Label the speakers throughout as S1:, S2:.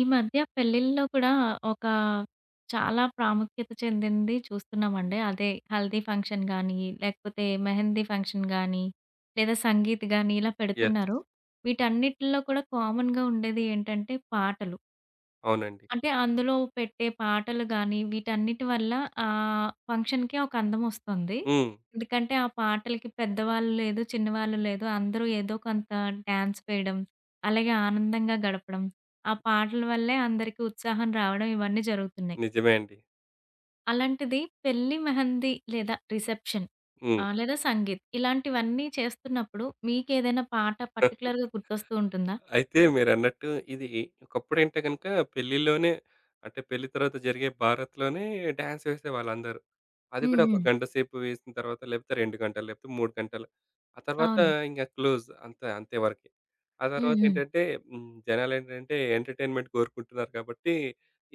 S1: ఈ మధ్య పెళ్ళిళ్ళలో కూడా ఒక చాలా ప్రాముఖ్యత చెందింది చూస్తున్నామండి. అదే హల్దీ ఫంక్షన్ గానీ, లేకపోతే మెహందీ ఫంక్షన్ గానీ, లేదా సంగీత్ గానీ ఇలా
S2: యెస్.
S1: పెడుతున్నారు. వీటన్నిటిలో కూడా కామన్‌గా ఉండేది ఏంటంటే పాటలు.
S2: అవునండి.
S1: అంటే అందులో పెట్టే పాటలు గాని, వీటన్నిటి వల్ల ఫంక్షన్‌కి ఒక అందమొస్తుంది.
S2: హ్మ్.
S1: ఎందుకంటే ఆ పాటలకి పెద్దవాళ్ళు లేదు, చిన్నవాళ్ళు లేదు. అందరూ ఏదో కొంత డాన్స్ వేయడం, అలాగే ఆనందంగా గడపడం, ఆ పాటల వల్లే అందరికీ ఉత్సాహం రావడం ఇవన్నీ జరుగుతున్నాయి.
S2: నిజమే అండి.
S1: అలాంటిది పెళ్లి మెహందీ లేదా రిసెప్షన్
S2: హ్మ్.
S1: లేదా సంగీత్ ఇలాంటివన్నీ చేస్తున్నప్పుడు మీకేదైనా పాట పర్టిక్యులర్‌గా గుర్తొస్తూ ఉంటుందా?
S2: అయితే మీరన్నట్టు ఇది ఒకప్పుడంటే గనుక పెళ్ళిలోనే అంటే పెళ్లి తర్వాత జరిగే బారత్‌లోనే డాన్స్ వేసేవాళ్ళందరూ. అది
S1: హ్మ్.
S2: కూడా ఒక
S1: హ్మ్.
S2: గంట సేపు వేసిన తర్వాత లేకపోతే 2 గంటలు, లేకపోతే 3 గంటలు. ఆ తర్వాత
S1: అవును.
S2: ఇంక క్లోజ్ అంతే అంతే వరకే. ఆ
S1: హ్మ్. హ్మ్.
S2: తర్వాతేంటంటే హ్మ్. జనాలేంటంటే ఎంటర్‌టైన్‌మెంట్ కోరుకుంటున్నారు కాబట్టి,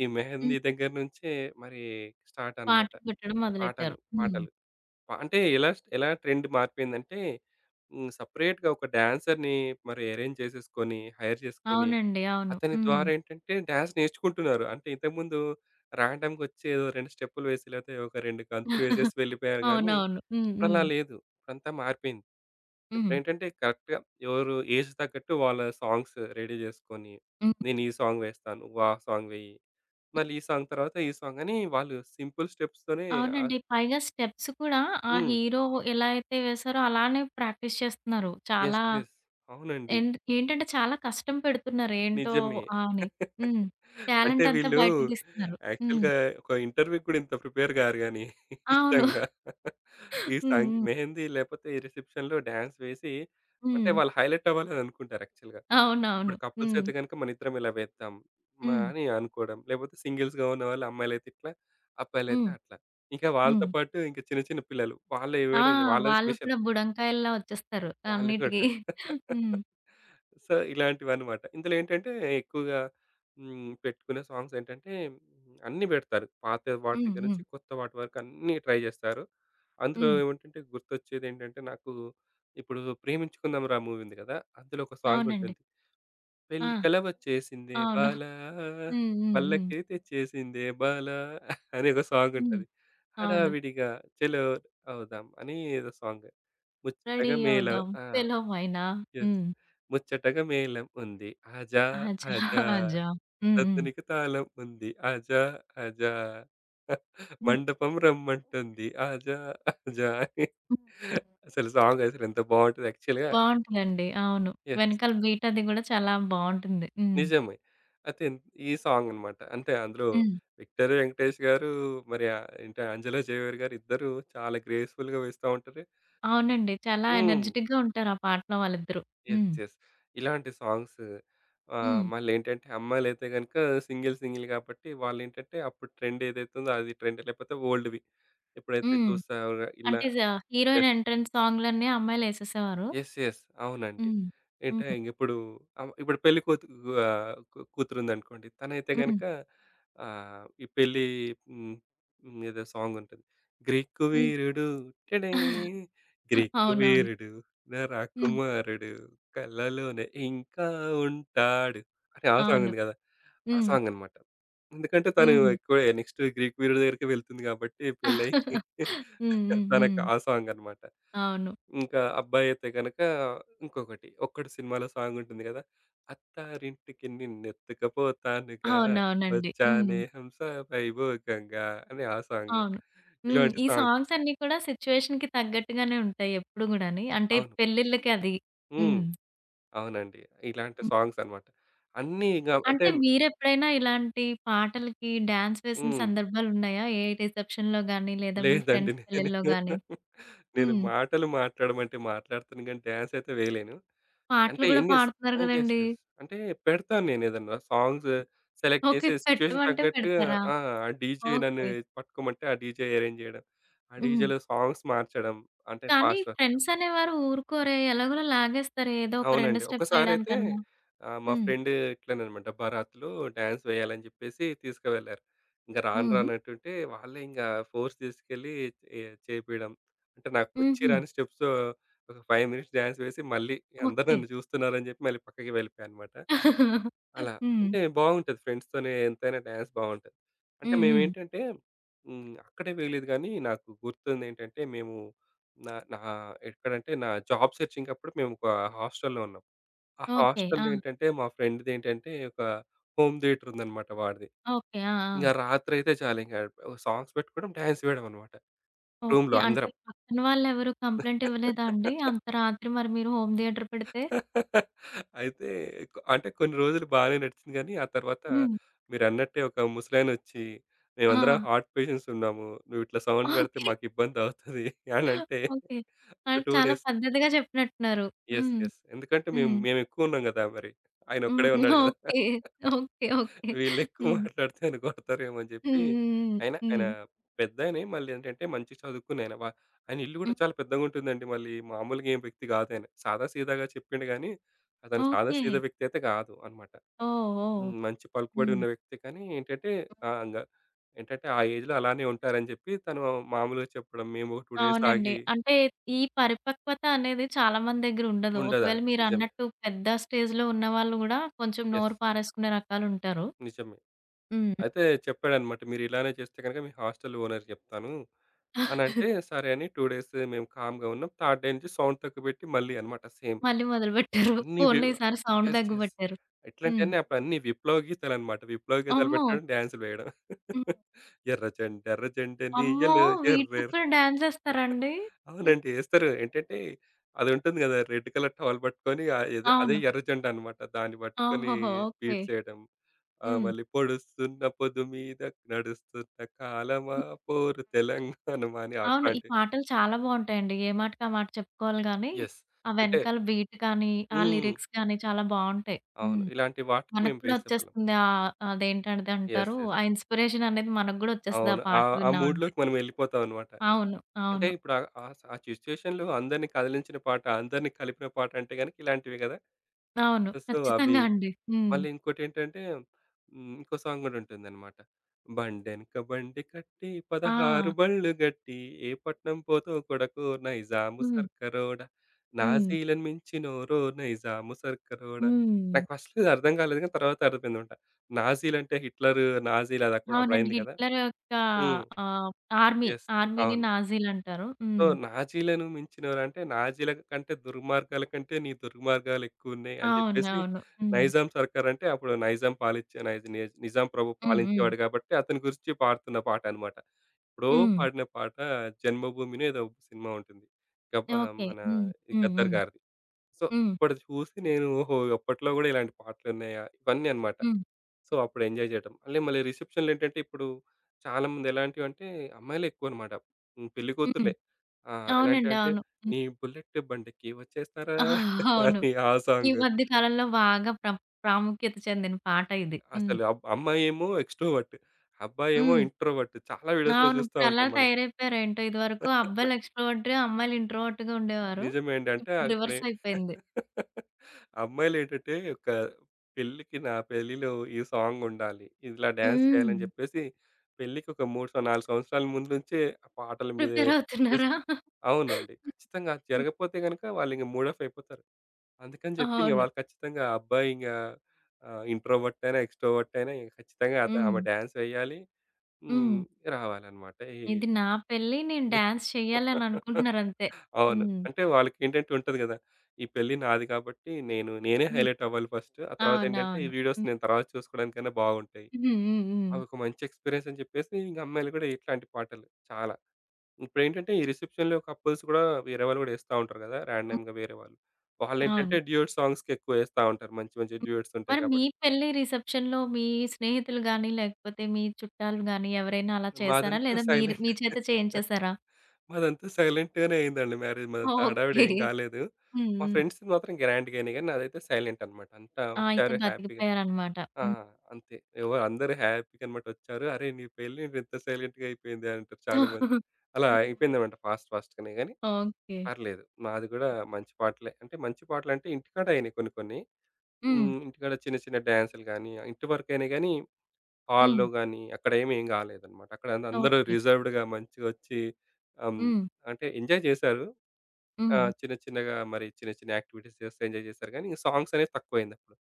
S2: ఈ
S1: హ్మ్.
S2: మెహందీ దగ్గర నుంచే మరి స్టార్ట్ అన్నమాట.
S1: పాటలు పెట్టడం మొదలెట్టారు.
S2: పాటలు,
S1: హ్మ్.
S2: పాటలు. ప అంటే ఎలా స్ ఎలా ట్రెండ్ మారిపోయిందంటే, హ్మ్. సెపరేట్‌గా ఒక డాన్సర్‌ని మరి అరేంజ్ చేసేసుకొని, హైర్ చేసుకొని,
S1: అవునండి. అవును.
S2: అతని
S1: హ్మ్.
S2: ద్వారా ఏంటంటే డాన్స్ నేర్చుకుంటున్నారు. అంటే ఇంతకుముందు రాండమ్‌గా వచ్చి ఏదో 2 స్టెప్పులు వేసి, లేకపోతే ఒక 2 గంతులు వేసేసి వెళ్ళిపోయారు గానీ,
S1: అవునవును. హ్మ్.
S2: ఇప్పుడలా
S1: హ్మ్.
S2: లేదు. ఇప్పుడంతా మారిపోయింది.
S1: హ్మ్.
S2: ఇప్పుడేంటంటే కరెక్ట్‌గా ఎవరు ఏజ్ తగ్గట్టు వాళ్ళ సాంగ్స్ రెడీ చేసుకొని,
S1: హ్మ్.
S2: నేను ఈ సాంగ్ వేస్తాను. నువ్వు ఆ సాంగ్ వెయ్యి. మళ్ళీ ఈ సాంగ్ తర్వాత ఈ సాంగ్ అని వాళ్ళు సింపుల్ స్టెప్స్‌తోనే. ఆహ్,
S1: అవునండి. పైగా స్టెప్స్ కూడా ఆ
S2: హ్మ్.
S1: హీరో ఎలా అయితే వేశారో అలానే ప్రాక్టీస్ చేస్తున్నారు.
S2: యెస్.
S1: చాలా
S2: యెస్. అవునండి.
S1: ఎండ్ ఏంటంటే చాలా కష్టం పెడుతున్నారు ఏంటో
S2: నిజమే.
S1: అని. హ్మ్.
S2: అంటే
S1: టాలెంట్ అంతా
S2: వీళ్ళు
S1: బయటకి తీస్తున్నారు. హ్మ్.
S2: యాక్చువల్‌గా ఒక ఇంటర్‌వ్యూ‌కి గూడా ఇంత ప్రిపేర్ గారు గానీ,
S1: అవును.
S2: ఇష్టంగా ఈ
S1: హ్మ్.
S2: సంగ్
S1: హ్మ్.
S2: మెహందీ లేపోతే ఈ రిసెప్షన్‌లో డాన్స్ వేసి అంటే
S1: హ్మ్.
S2: వాళ్ళు హైలైట్ అవ్వాలని అనుకుంటారు యాక్చువల్‌గా.
S1: అవునవును.
S2: ఇప్పుడు కపుల్స్
S1: హ్మ్.
S2: అయితే గనుక మనిద్దరం ఇలా వేద్దాం మా
S1: హ్మ్.
S2: అని అనుకోవడం. లేపోతే సింగిల్స్‌గా ఉన్నవాళ్ళు అమ్మాయిలైతే ఇట్లా, అబ్బాయిలైతే
S1: హ్మ్.
S2: అట్లా. ఇంకా వాళ్ళతో
S1: హ్మ్.
S2: పాటు ఇంకా చిన్న చిన్న పిల్లలు వాళ్ళే
S1: ఆ!
S2: వేయడం ఇంకా వాళ్ళది
S1: వాళ్ళు
S2: స్పెషల్.
S1: కూడా బుడంకాయల్లా వచ్చేస్తారు
S2: వాళ్ళు
S1: అన్నిటికి.
S2: కూడా.
S1: హ్మ్.
S2: సో, ఇలాంటివన్నమాట. ఇందులో ఏంటంటే ఎక్కువగా హ్మ్. పెట్టుకునే సాంగ్స్ ఏంటంటే అన్నీ పెడతారు. పాత వాటి
S1: హ్మ్.
S2: దగ్గర
S1: హ్మ్.
S2: నుంచి కొత్త వాటి వరకు అన్నీ ట్రై జేస్తారు. అందులో
S1: హ్మ్.
S2: ఏమిటంటే గుర్తొచ్చేదేంటంటే నాకు ఇప్పుడు 'ప్రేమించుకుందాం రా' మూవీ ఉంది గదా! అందులో ఒక సాంగ్
S1: అవునండి.
S2: ఉంటుంది.
S1: ఆ!
S2: పెళ్లి కల వచ్చేసిందే
S1: అవును.
S2: బాల
S1: హ్మ్. హ్మ్. హ్మ్.
S2: పల్లకి తెచ్చేసిందే బాల అని ఒక సాంగ్
S1: హ్మ్.
S2: ఉంటది.
S1: అవును.
S2: హడావిడిగా చెలో అవుదాం అని ఏదో సాంగ్.
S1: రెడీ
S2: ముచ్చటగా మేలో.
S1: అవుదాం.
S2: ఆ!
S1: పిలవమైనా.
S2: యెస్.
S1: హ్మ్.
S2: ముచ్చటగా మేళం ఉంది. ఆజా
S1: అజా
S2: ఆజా
S1: అజా. హ్మ్. హ్మ్.
S2: సద్దునికి తాళం ఉంది. ఆజా ఆజా
S1: హ్మ్.
S2: మండపం రమ్మంటుంది. ఆజా ఆజా అని
S1: హ్మ్.
S2: అసలు సాంగ్ అసలు ఎంత బావుంటది యాక్చువల్‌గా.
S1: బావుంటదండి. అవును.
S2: యెస్.
S1: వెనకాల బీట్ అది గూడా చాలా బావుంటుంది. హ్మ్.
S2: నిజమే. అయితే ఇన్- ఈ సాంగ్ అన్నమాట. అంటే అందులో
S1: హ్మ్.
S2: 'విక్టర్ వెంకటేష్' గారు మరి ఏంటి, 'అంజలా జయవేర్' గారు ఇద్దరు చాలా గ్రేస్‌ఫుల్‌గా వేస్తా ఉంటారు.
S1: అవునండి. చాలా
S2: హ్మ్.
S1: ఎనర్జిటిక్‌గా ఉంటారు ఆ పాటలో వాళ్ళిద్దరూ.
S2: యెస్.
S1: హ్మ్.
S2: యెస్. ఇలాంటి సాంగ్స్.
S1: హ్మ్.
S2: మళ్ళేంటంటే అమ్మాయిలైతే గనుక సింగిల్ సింగిల్ కాబట్టి వాళ్ళేంటంటే అప్పుడు ట్రెండ్ ఏదైతుందో అది ట్రెండ్ లేకపోతే ఓల్డ్‌వి. ఎప్పుడైతే
S1: హ్మ్.
S2: చూసావుగా ఇలా.
S1: అంటే జ హీరోయిన్
S2: యెస్.
S1: ఎంట్రన్స్ సాంగ్‌లన్నీ అమ్మాయిలేసేసేవారు.
S2: యెస్. యెస్. అవునండి.
S1: హ్మ్.
S2: అంటే
S1: హ్మ్.
S2: ఇంగిప్పుడు ఇప్పుడు పెళ్లి కూతు ఆహ్, కూ కూతురుందనుకోండి. తనైతే
S1: హ్మ్.
S2: గనక ఈ పెళ్లి హ్మ్, హ్మ్. ఏదో సాంగుంటది. గ్రీకు
S1: హ్మ్.
S2: వీరుడు టడే గ్రీకు
S1: అవునవును.
S2: వీరుడు నా
S1: హ్మ్.
S2: రాకుమారుడు కలలోనే ఇంకా ఉంటాడు అని ఆ సాంగ్
S1: అవును.
S2: ఉంది గదా! ఆ
S1: హ్మ్.
S2: సాంగనమాట. ఎందుకంటే తను
S1: హుహు.
S2: ఎక్కువ నెక్స్ట్ గ్రీకు వీరుడి దగ్గరికే వెళ్తుంది గాబట్టి పెళ్లయి
S1: హ్మ్. హ్మ్.
S2: తనకు
S1: హ్మ్.
S2: ఆ సాంగనమాట.
S1: అవును.
S2: ఇంకా అబ్బాయి అయితే గనక ఇంకొకటి 'ఒక్కడు' సినిమాలో సాంగ్ ఉంటుంది కదా! అత్తారింటికి నిన్నెత్తుకపోతానుగా
S1: అవునవునండి. హ్మ్.
S2: వచ్చానే హంస వైభోగంగా అని ఆ సాంగ్.
S1: అవును. హ్మ్.
S2: ఇలాంటి
S1: ఈ
S2: సాంగ్.
S1: సాంగ్స్ అన్నీ కూడా సిట్యుయేషన్‌కి తగ్గట్టుగానే ఉంటాయి ఎప్పుడు గూడాని. అంటే
S2: అవును.
S1: పెళ్ళిళ్ళకి అది.
S2: హ్మ్.
S1: హ్మ్.
S2: అవునండి. ఇలాంటి
S1: హ్మ్.
S2: సాంగ్స్ అన్నమాట. అన్నీ ఇంగ అంటే
S1: అంటే మీరెప్పుడైనా ఇలాంటి పాటలకి డాన్స్ వేసిన
S2: హ్మ్.
S1: సందర్భాలున్నాయా? ఏ రిసెప్షన్‌లో గాని లేదా మీ
S2: లేదండి.
S1: ఫ్రెండ్స్
S2: నేను
S1: పెళ్ళిల్లో గాని?
S2: నేను
S1: హ్మ్.
S2: మాటలు మాట్లాడమంటే మాట్లాడతాను గానీ డాన్స్ అయితే వేయలేను. అంటే
S1: పాటలు గూడా
S2: ఎన్ని స్
S1: పాడుతున్నారు
S2: ఆ! యెస్.
S1: గదండీ!
S2: యెస్. అంటే పెడతాను నేనేదన్నా సాంగ్స్ సెలెక్ట్
S1: ఓకే.
S2: చేసి సిచ్యుయేషన్
S1: పెట్టమంటే
S2: తగ్గట్టు.
S1: పెడతారా?
S2: ఆ! ఆ డీజే నన్ను
S1: ఓకే.
S2: పట్టుకోమంటే, ఆ డీజే అరేంజ్ చేయడం. ఆ
S1: హ్మ్.
S2: డీజేలో సాంగ్స్ మార్చడం. అంటే
S1: కానీ
S2: ఫాస్ట్ వర్క్.
S1: ఫ్రెండ్స్ అనేవారు ఊరుకోరే! ఎలాగోలా లాగేస్తారు ఏదో ఒక 2
S2: అవునండి. ఒకసారైతే
S1: స్టెప్పులేయడానికన్నా.
S2: మా
S1: హ్మ్.
S2: ఫ్రెండ్ ఇట్లననమాట బరాత్‌లో డాన్స్ వేయాలని చెప్పేసి తీసుకువెళ్లారు. ఇంక రాను
S1: హ్మ్.
S2: రానంటుంటే వాళ్ళే ఇంగా ఫోర్స్ తీసుకెళ్ళి ఏ చేపీయడం. అంటే నాకు వచ్చి
S1: హుహు.
S2: రాని స్టెప్స్ ఒక 5 మినిట్స్ డాన్స్ వేసి మళ్ళీ అందరూ
S1: ఓకే.
S2: నన్ను చూస్తున్నారని చెప్పి మళ్ళీ పక్కకి వెళ్ళిపోయా అనమాట. అలా.
S1: హ్మ్.
S2: అంటే బాగుంటది. ఫ్రెండ్స్‌తోనే ఎంతైనా డాన్స్ బావుంటది. అంటే
S1: హ్మ్. హ్మ్.
S2: మేమేంటంటే హ్మ్. అక్కడే వేయలేదు గానీ, నాకు గుర్తుందేంటంటే, మేము నా నా ఎక్కడంటే, నా జాబ్ సెర్చింగ్ అప్పుడు మేము ఒక హాస్టల్‌లో ఉన్నాం. ఆ
S1: ఓకే.
S2: హాస్టల్‌లో
S1: ఆ!
S2: ఏంటంటే, మా ఫ్రెండ్‌దేంటంటే ఒక హోమ్ థియేటర్ ఉందన్నమాట వాడిది.
S1: ఓకే. ఆ! ఆ!
S2: ఇంగ రాత్రయితే చాలు ఇంగ సాంగ్స్ పెట్టుకోవడం, డాన్స్ వేయడం అన్నమాట
S1: ఓకే.
S2: రూమ్‌లో
S1: అంటే
S2: అందరం.
S1: పక్కన వాళ్ళెవరు కంప్లెయింట్ ఇవ్వలేదా అండి? అంత రాత్రి మరి మీరు హోమ్ థియేటర్ పెడితే?
S2: అయితే కొ అంటే కొన్ని రోజులు బానే నడిచింది గానీ, ఆ తర్వాత
S1: హ్మ్.
S2: మీరన్నట్టే ఒక ముసలాయనొచ్చి, "మేమందరం
S1: ఆ!
S2: హార్ట్ పేషెంట్స్ ఉన్నాము. నువ్వు ఇట్లా సౌండ్ పెడితే
S1: ఓకే.
S2: మాకు ఇబ్బందవుతది" అనంటే,
S1: ఓకే.
S2: ఒక
S1: ఆ!
S2: 2
S1: చాలా
S2: డేస్.
S1: పద్ధతిగా చెప్పినట్టున్నారు.
S2: యెస్.
S1: హ్మ్.
S2: యెస్. ఎందుకంటే మేము
S1: హ్మ్.
S2: మేమెక్కువున్నాం గదా! మరి.
S1: హ్మ్.
S2: ఆయనొక్కడే ఉన్నాడు గదా!
S1: ఓకే. ఓకే. ఓకే.
S2: వీళ్ళెక్కువ
S1: హ్మ్.
S2: మాట్లాడితే నన్ను కొడతారేమో అని
S1: హ్మ్.
S2: చెప్పి,
S1: హ్మ్. హ్మ్.
S2: అయినా ఆయన
S1: హ్మ్.
S2: పెద్దాయనే. మళ్ళీ ఏంటంటే మంచిగా చదువుకున్నాయన. ఆయన ఇల్లు గూడా
S1: హ్మ్.
S2: చాలా పెద్దగుంటుందండి. మళ్ళీ మామూలుగా ఏం వ్యక్తి గాదాయన. సాదా సీదాగా చెప్పిండు గానీ, అతను సాదా
S1: ఓకే.
S2: సీదా వ్యక్తి అయితే గాదు అనమాట.
S1: ఓహ్! ఓహ్!
S2: హ్మ్. మంచి పలుకుబడి
S1: హ్మ్.
S2: ఉన్న వ్యక్తి కానీ ఏంటంటే ఇంగ ఏంటంటే ఆ ఏజ్‌లో అలానే ఉంటారని జెప్పి తను మామూలుగా చెప్పడం. మేము ఒక 2 డేస్
S1: అవునండి.
S2: ఆగి.
S1: అంటే ఈ పరిపక్వత అనేది చాలా మంది దగ్గర ఉండదు. ఒకవేళ
S2: ఉండదండి. నిజమే.
S1: మీరన్నట్టు పెద్ద స్టేజ్‌లో ఉన్నవాళ్ళు గూడా కొంచెం
S2: యెస్.
S1: నోరు పారేసుకునే రకాలుంటారు.
S2: నిజమే.
S1: హ్మ్.
S2: అయితే చెప్పాడనమాట. "మీరిలానే చేస్తే గనుక మీ హాస్టల్ ఓనర్‌కి జెప్తాను"
S1: హ్మ్.
S2: అనంటే, సరే అని 2 డేస్ మేము కామ్‌గా ఉన్నాం. థర్డ్ డే నుంచి సౌండ్ తక్కువబెట్టి మళ్ళీ అనమాట సేమ్.
S1: మళ్ళీ మొదలుపెట్టారు.
S2: అన్నీ వి
S1: పోన్లే ఈసారి సౌండ్
S2: యెస్. యెస్.
S1: తగ్గుబట్టారు. హ్మ్.
S2: ఇట్లాంటియన్నీ అప్పుడన్నీ విప్లవ గీతాలనమాట. విప్లవ గీతాలు
S1: అమ్మో!
S2: పెట్టడం, డాన్సులు వేయడం.
S1: హ్మ్.
S2: ఎర్ర జెండెర్ర జెండె
S1: అమ్మో!
S2: నీయలో. ఎర్రె
S1: వీటికి కూడా డాన్స్ ఏస్తారండి? హ్మ్.
S2: అవునండి. ఏస్తారు. ఏంటంటే అదుంటుంది గదా! రెడ్ కలర్ టవల్ పట్టుకొని ఆహ్, ఎదే అదే
S1: అవును.
S2: ఎర్ర జెండా అన్నమాట. దాన్ని పట్టుకొని
S1: ఓహోహో! ఓకే.
S2: బీట్స్ చేయడం.
S1: హ్మ్.
S2: మళ్ళీ పొడుస్తున్న పొదుమీద నడుస్తున్న కాలమా
S1: హ్మ్.
S2: పోరు తెలంగాణమా అని
S1: అవును. ఈ
S2: అట్లాంటివి.
S1: పాటలు చాలా బావుంటాయండి. ఏ మాటకి ఆ మాట చెప్పుకోవాలి గానీ,
S2: యెస్.
S1: ఆ
S2: అంటే
S1: వెనకాల బీట్ కానీ, ఆ
S2: హ్మ్.
S1: లిరిక్స్ కానీ చాలా బావుంటాయి.
S2: అవును.
S1: హ్మ్.
S2: ఇలాంటి వాటికి
S1: మనకు
S2: మేము
S1: కూడా
S2: వేసేవాళ్ళం.
S1: వచ్చేస్తుంది. అదేంటది
S2: యెస్.
S1: అంటారు,
S2: యెస్.
S1: ఆ ఇన్‌స్పిరేషన్ అనేది మనకు గూడా వచ్చేస్తది. ఆ
S2: అవును. ఆ
S1: పాటలు
S2: ఆ
S1: విన్నామంటే.
S2: మూడ్‌లోకి మనం ఎళ్ళిపోతాం అన్నమాట.
S1: అవును.
S2: అంటే
S1: అవును.
S2: ఇప్పుడు ఆ ఆ స ఆ సిట్యుయేషన్‌లో అందరిని కదిలించిన పాట, అందరిని కలిపిన పాట అంటే గనక ఇలాంటివే గదా!
S1: అవును.
S2: సో, అవి
S1: ఖచ్చితంగా అండి. హ్మ్.
S2: మళ్ళీ ఇంకోటేంటంటే హ్మ్. ఇంకో సాంగ్ గూడా ఉంటుందనమాట. బండెనక బండి కట్టి
S1: ఆ!
S2: 16 బళ్ళు గట్టి ఏ పట్నం పోతో కొడకో నైజాము
S1: హ్మ్.
S2: సర్కరోడ.
S1: హ్మ్.
S2: నాజీలను మించినోరో నైజాము సర్కరోడ.
S1: హ్మ్.
S2: నాకు ఫస్ట్ ఇది అర్థం కాలేదు గానీ తర్వాత అర్థమైందనమాట. నాజీలంటే హిట్లరు, నాజీలు అది అప్పుడు
S1: అవునండి.
S2: అప్పుడయింది కదా!
S1: హిట్లర్ యొక్క
S2: హ్మ్.
S1: ఆహ్, ఆర్మీ.
S2: యెస్.
S1: ఆర్మీని
S2: అవును.
S1: నాజీలంటారు.
S2: సో,
S1: హ్మ్.
S2: నాజీలను మించినవరంటే, నాజీల కంటే దుర్మార్గాల కంటే నీ దుర్మార్గాలు ఎక్కువున్నాయి అని జెప్పేసి,
S1: అవునవును. హ్మ్.
S2: నైజాం సర్కార్ అంటే అప్పుడు నైజాం పాలిచ్చే నైజ నిజ్ నిజాం ప్రభు
S1: హ్మ్. హ్మ్.
S2: పాలించేవాడు గాబట్టి, అతని గురించి పాడుతున్న పాట అనమాట. ఎప్పుడో
S1: హ్మ్.
S2: పాడిన పాట 'జన్మభూమి'నో ఏదో ఒక సినిమా ఉంటుంది.
S1: ఓకే.
S2: మన
S1: హ్మ్.
S2: ఈ
S1: హ్మ్.
S2: గద్దర్
S1: హ్మ్.
S2: గారిది. సో,
S1: హ్మ్.
S2: అప్పటిది చూసి నేను ఓహో! అప్పట్లో గూడా ఇలాంటి పాటలున్నాయా? ఇవన్నీ అనమాట.
S1: హ్మ్.
S2: సో, అప్పుడు ఎంజాయ్ జేయటం. మళ్ళీ మళ్ళీ రిసెప్షన్‌లేంటంటే, ఇప్పుడు చాలామంది ఎలాంటివంటే, అమ్మాయిలే ఎక్కువనమాట. హ్మ్.
S1: హ్మ్.
S2: పెళ్ళికూతురులే. ఆ!
S1: అవునండి.
S2: ఎలాంటివంటే,
S1: అవును. హ్మ్.
S2: నీ బుల్లెట్ బండికి వచ్చేస్తారా
S1: అవును.
S2: అని ఆ
S1: ఈ
S2: సాంగ్.
S1: మధ్య కాలంలో బాగా ప్రాముఖ్యత చెందిన పాట ఇది. హ్మ్.
S2: అసలు అబ్ అమ్మాయేమో ఎక్స్‌ట్రోవర్ట్. అబ్బాయేమో
S1: హ్మ్.
S2: ఇంట్రోవర్ట్. చాలా వీడియోస్‌లో
S1: అవును.
S2: చూస్తా
S1: ఇప్పుడలా
S2: ఉంటాం మనం.
S1: తయారైపోయారేంటో ఇదివరకు అబ్బాయిలు ఎక్స్‌ట్రోవర్ట్‌గా, అమ్మాయిలు ఇంట్రోవర్ట్‌గా ఉండేవారు.
S2: నిజమే అండి. అంటే
S1: ఇప్పుడు
S2: ఇప్పుడే
S1: రివర్స్ అయిపోయింది.
S2: అమ్మాయిలేంటంటే, ఒక పెళ్ళికి నా పెళ్ళిలో ఈ సాంగుండాలి. ఇలా డాన్స్
S1: హ్మ్.
S2: చేయాలని జెప్పేసి, పెళ్ళికి ఒక 3 సం 4 సంవత్సరాల ముందు నుంచే ఆ పాటల మీదే
S1: ప్రిపేర్ అవుతున్నారా?
S2: అవును అండి. ఖచ్చితంగా అది
S1: హ్మ్.
S2: జరగపోతే గనుక వాళ్ళింక మూడ్ ఆఫ్ అయిపోతారు. అందుకని చెప్పి ఇంక
S1: అవును.
S2: వాళ్ళు ఖచ్చితంగా ఆ అబ్బాయి ఇంగా ఇంట్రోవర్ట్ అయినా, ఎక్స్‌ట్రోవర్ట్ అయినా ఇంక ఖచ్చితంగా ఆమె
S1: హ్మ్.
S2: డాన్స్ వేయాలి.
S1: హ్మ్.
S2: హ్మ్. రావాలన్నమాట. ఈ
S1: ఇది నా పెళ్లి. నేను డాన్స్ చేయాలని అనుకుంటున్నారంతే.
S2: అవును.
S1: హ్మ్.
S2: అంటే వాళ్ళకేంటంటే ఉంటది గదా! ఈ పెళ్లి నాది కాబట్టి నేనే
S1: హ్మ్.
S2: హైలైట్ అవ్వాలి ఫస్ట్. ఆ తర్వాతేంటంటే ఈ
S1: అవునవును.
S2: వీడియోస్
S1: హ్మ్.
S2: నేను తర్వాత చూసుకోవడానికైనా బాగుంటాయి.
S1: హ్మ్. హ్మ్. హ్మ్.
S2: అవొక మంచి ఎక్స్‌పీరియన్స్ అని చెప్పేసి ఇంక అమ్మాయిలు గూడా ఇట్లాంటి పాటలు చాలా. ఇప్పుడేంటంటే ఈ రిసెప్షన్‌లో కపుల్స్ గూడా వేరే వాళ్ళు గూడా ఏస్తా ఉంటారు గదా!
S1: హ్మ్.
S2: ర్యాండమ్‌గా వేరే వాళ్ళు. వాళ్ళేంటంటే
S1: అవును.
S2: డ్యూయెట్ సాంగ్స్‌కి ఎక్కువ ఏస్తా ఉంటారు. మంచి మంచి
S1: హ్మ్.
S2: డ్యూయెట్స్ ఉంటాయి
S1: మరి
S2: కాబట్టి.
S1: మీ పెళ్లి రిసెప్షన్‌లో మీ స్నేహితులు గాని, లేకపోతే మీ చుట్టాలు గాని ఎవరైనా అలా చేసారా?
S2: మాదంతా
S1: లేదా మీరు
S2: సైలెంట్.
S1: మీ చేత చేయించేసారా?
S2: మాదంతా సైలెంట్‌గానే అయిందండి మ్యారేజ్. మాదంతా హడావిడి
S1: ఓకే.
S2: ఏం గాలేదు.
S1: హ్మ్.
S2: మా
S1: హ్మ్.
S2: ఫ్రెండ్స్‌ది మాత్రం గ్రాండ్‌గయినాయి గానీ నాదైతే సైలెంట్ అనమాట. అంతా
S1: ఆ! అయితే
S2: వచ్చారు హ్యాపీగా.
S1: బతికిపోయారనమాట.
S2: ఆ!
S1: హ్మ్.
S2: అంతే. అందరూ హ్యాపీగా అనమాట వచ్చారు. "అరేయ్! నీ పెళ్ళేంటి ఇంత సైలెంట్‌గా అయిపోయింది" అని అంటారు చాలామంది. అలా
S1: హ్మ్.
S2: అయిపోయిందనమాట ఫాస్ట్ ఫాస్ట్‌గానే గానీ
S1: ఓకే.
S2: పర్లేదు. మాది గూడా మంచి పాటలే. అంటే మంచి పాటలంటే ఇంటికాడ అయినాయి కొన్ని కొన్ని.
S1: హ్మ్.
S2: హ్మ్. ఇంటికాడ చిన్న చిన్న డాన్సులు గాని, ఇంటి వరకైనా గాని హాల్‌లో
S1: హ్మ్.
S2: గాని అక్కడేమి ఏం కాలేదన్నమాట. అక్కడ అందరూ
S1: ఓకే.
S2: రిజర్వ్డ్‌గా మంచిగొచ్చి హ్మ్.
S1: హ్మ్.
S2: అంటే ఎంజాయ్ చేశారు. ఆ!
S1: హ్మ్.
S2: చిన్న చిన్నగా మరి చిన్న చిన్న యాక్టివిటీస్ చేస్తూ ఎంజాయ్ చేశారు గానీ, సాంగ్స్ అనేవి తక్కువయిందప్పుడు.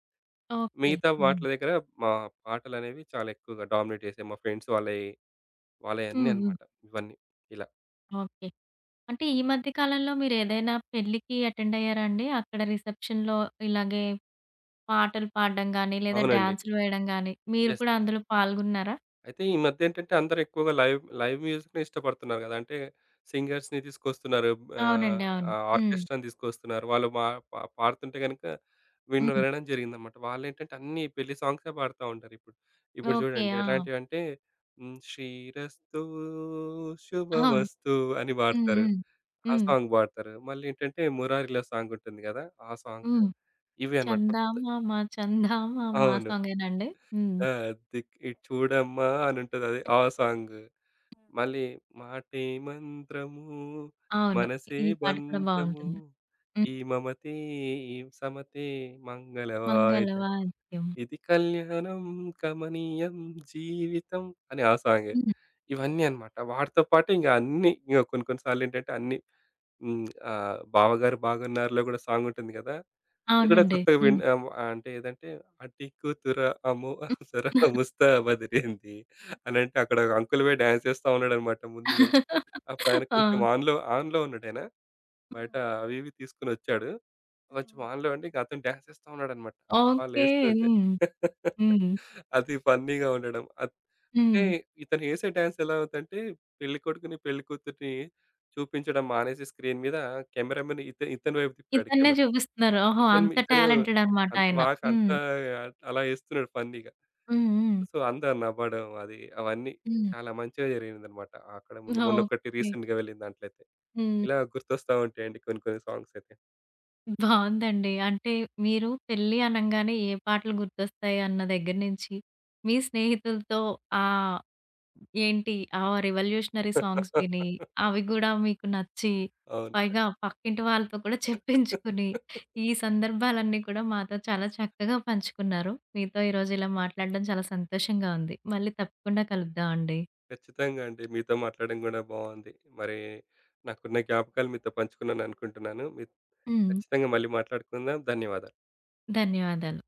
S1: ఓకే.
S2: మిగతా
S1: హ్మ్.
S2: వాటిల దగ్గర మా పాటలనేవి చాలా ఎక్కువగా డామినేట్ చేసాయి. మా ఫ్రెండ్స్ వాళ్ళయి వాళ్ళయన్నీ
S1: హ్మ్. హ్మ్.
S2: అన్నమాట ఇవన్నీ. ఇలా.
S1: ఓకే. అంటే ఈ మధ్య కాలంలో మీరేదైనా పెళ్ళికి అటెండ్ అయ్యారా అండి? అక్కడ రిసెప్షన్‌లో ఇలాగే పాటలు పాడడం గానీ, లేదా
S2: అవునండి.
S1: డాన్సులు వేయడం గానీ, మీరు
S2: యెస్.
S1: కూడా
S2: యెస్.
S1: అందులో పాల్గొన్నారా?
S2: అయితే ఈ మధ్య ఏంటంటే అందరూ ఎక్కువగా లైవ్ లైవ్ మ్యూజిక్‌నే ఇష్టపడుతున్నారు గదా! అంటే సింగర్స్‌ని తీసుకొస్తున్నారు. ఆహ్,
S1: అవునండి. అవును.
S2: ఆ
S1: హ్మ్.
S2: ఆర్కెస్ట్రాని తీసుకొస్తున్నారు. వాళ్ళు మా పాడుతుంటే గనుక
S1: హ్మ్.
S2: వినడం జరిగిందన్నమాట. వాళ్ళేంటంటే అన్ని పెళ్లి సాంగ్సే పాడుతా ఉంటారు ఇప్పుడు. ఇప్పుడు
S1: ఓకే.
S2: చూడండి
S1: ఆ!
S2: ఎలాంటివంటే హ్మ్. 'శ్రీరస్తు
S1: అవును.
S2: శుభమస్తు' అని
S1: హ్మ్.
S2: పాడతారు.
S1: హ్మ్.
S2: ఆ
S1: హ్మ్.
S2: సాంగ్ పాడతారు. మళ్ళీ ఏంటంటే 'మురారిలో' సాంగ్ ఉంటుంది గదా! ఆ సాంగ్.
S1: హ్మ్.
S2: ఇవే అన్నమాట.
S1: చందామామ చందామామ ఆ
S2: అవును.
S1: సాంగేనా అండి? హ్మ్.
S2: ఆ! ఇటు చూడమ్మా అని ఉంటది. అది ఆ సాంగ్. మళ్ళీ మాటే మంత్రము,
S1: అవును.
S2: మనసే
S1: ఈ పాట కూడా
S2: బంధము,
S1: బావుంటుంది. హ్మ్.
S2: ఈ మమతే ఈ సమతే మంగళవాయిదం,
S1: మంగళవాద్యం.
S2: ఇది కళ్యాణం కమనీయం జీవితం అని ఆ సాంగే.
S1: హ్మ్.
S2: ఇవన్నీ అన్నమాట. వాటితో పాటు ఇంక అన్నీ ఇంక కొన్ని కొన్ని సార్లేంటంటే అన్నీ హ్మ్. 'బావగారు బాగున్నారు'లో కూడా సాంగ్ ఉంటుంది కదా! అది కూడా
S1: అవునండి.
S2: కొత్తగా
S1: హ్మ్.
S2: అంటే ఏదంటే అటి కూతుర అము అప్సర ముస్తా బదిరింది అనంటే అక్కడ ఒక అంకుల్ పోయి డాన్స్ చేస్తా ఉన్నాడన్నమాట ముందు పోయి. అప్పుడు ఆయన కొంచెం
S1: ఆ!
S2: ఆన్‌లో ఉన్నాడాయన. బయట అవి ఇవి తీసుకొనొచ్చాడు. కొంచెం ఆన్‌లో ఉండి ఇంక అతను డాన్సేస్తా ఉన్నాడనమాట.
S1: ఓకే.
S2: వాళ్ళేస్తుంటే.
S1: హ్మ్. హ్మ్.
S2: అది ఫన్నీగా ఉండడం. అంటే
S1: హ్మ్.
S2: ఇతను ఏసే డాన్స్ ఎలా అవుద్దంటే పెళ్ళికొడుకుని, పెళ్ళికూతుర్ని చూపించడం మానేసి స్క్రీన్ మీద కెమెరామెన్ ఇతని వైపు తిప్పాడు
S1: ఇతన్నే
S2: కెమెరా.
S1: చూపిస్తున్నారు. ఓహో!
S2: ఇతను
S1: అంత
S2: ఇతను
S1: టాలెంటెడ్ అనమాట
S2: అంత
S1: ఆయన.
S2: బాగా అంత
S1: హ్మ్.
S2: అలా ఏస్తున్నాడు ఫన్నీగా.
S1: హ్మ్. హ్మ్.
S2: సో, అందరు నవ్వడం అది అవన్నీ
S1: హ్మ్.
S2: చాలా మంచిగా జరిగిందనమాట. అక్కడ మొన్న మొన్నొకటి
S1: ఓకే.
S2: రీసెంట్‌గా వెళ్ళిన దాంట్లో అయితే.
S1: హ్మ్.
S2: ఇలా గుర్తొస్తా ఉంటాయండి కొన్ని కొన్ని సాంగ్స్ అయితే.
S1: బావుందండి. అంటే మీరు పెళ్లి అనంగానే ఏ పాటలు గుర్తొస్తాయి అన్న దగ్గర నుంచి మీ స్నేహితులతో ఆ ఏంటి? ఆ రివల్యూషనరీ సాంగ్స్ విని, అవి గూడా మీకు నచ్చి,
S2: అవును.
S1: పైగా పక్కింటి వాళ్ళతో కూడా చెప్పించుకుని, ఈ సందర్భాలన్నీ కూడా మాతో చాలా చక్కగా పంచుకున్నారు. మీతో ఈరోజు ఇలా మాట్లాడడం చాలా సంతోషంగా ఉంది. మళ్ళీ తప్పకుండా కలుద్దాం అండి.
S2: ఖచ్చితంగా అండి. మీతో మాట్లాడడం గూడా బావుంది. మరి నాకున్న జ్ఞాపకాలు మీతో పంచుకున్నాననుకుంటున్నాను.
S1: హ్మ్.
S2: ఖచ్చితంగా మళ్ళీ మాట్లాడుకుందాం. ధన్యవాదాలు.
S1: ధన్యవాదాలు.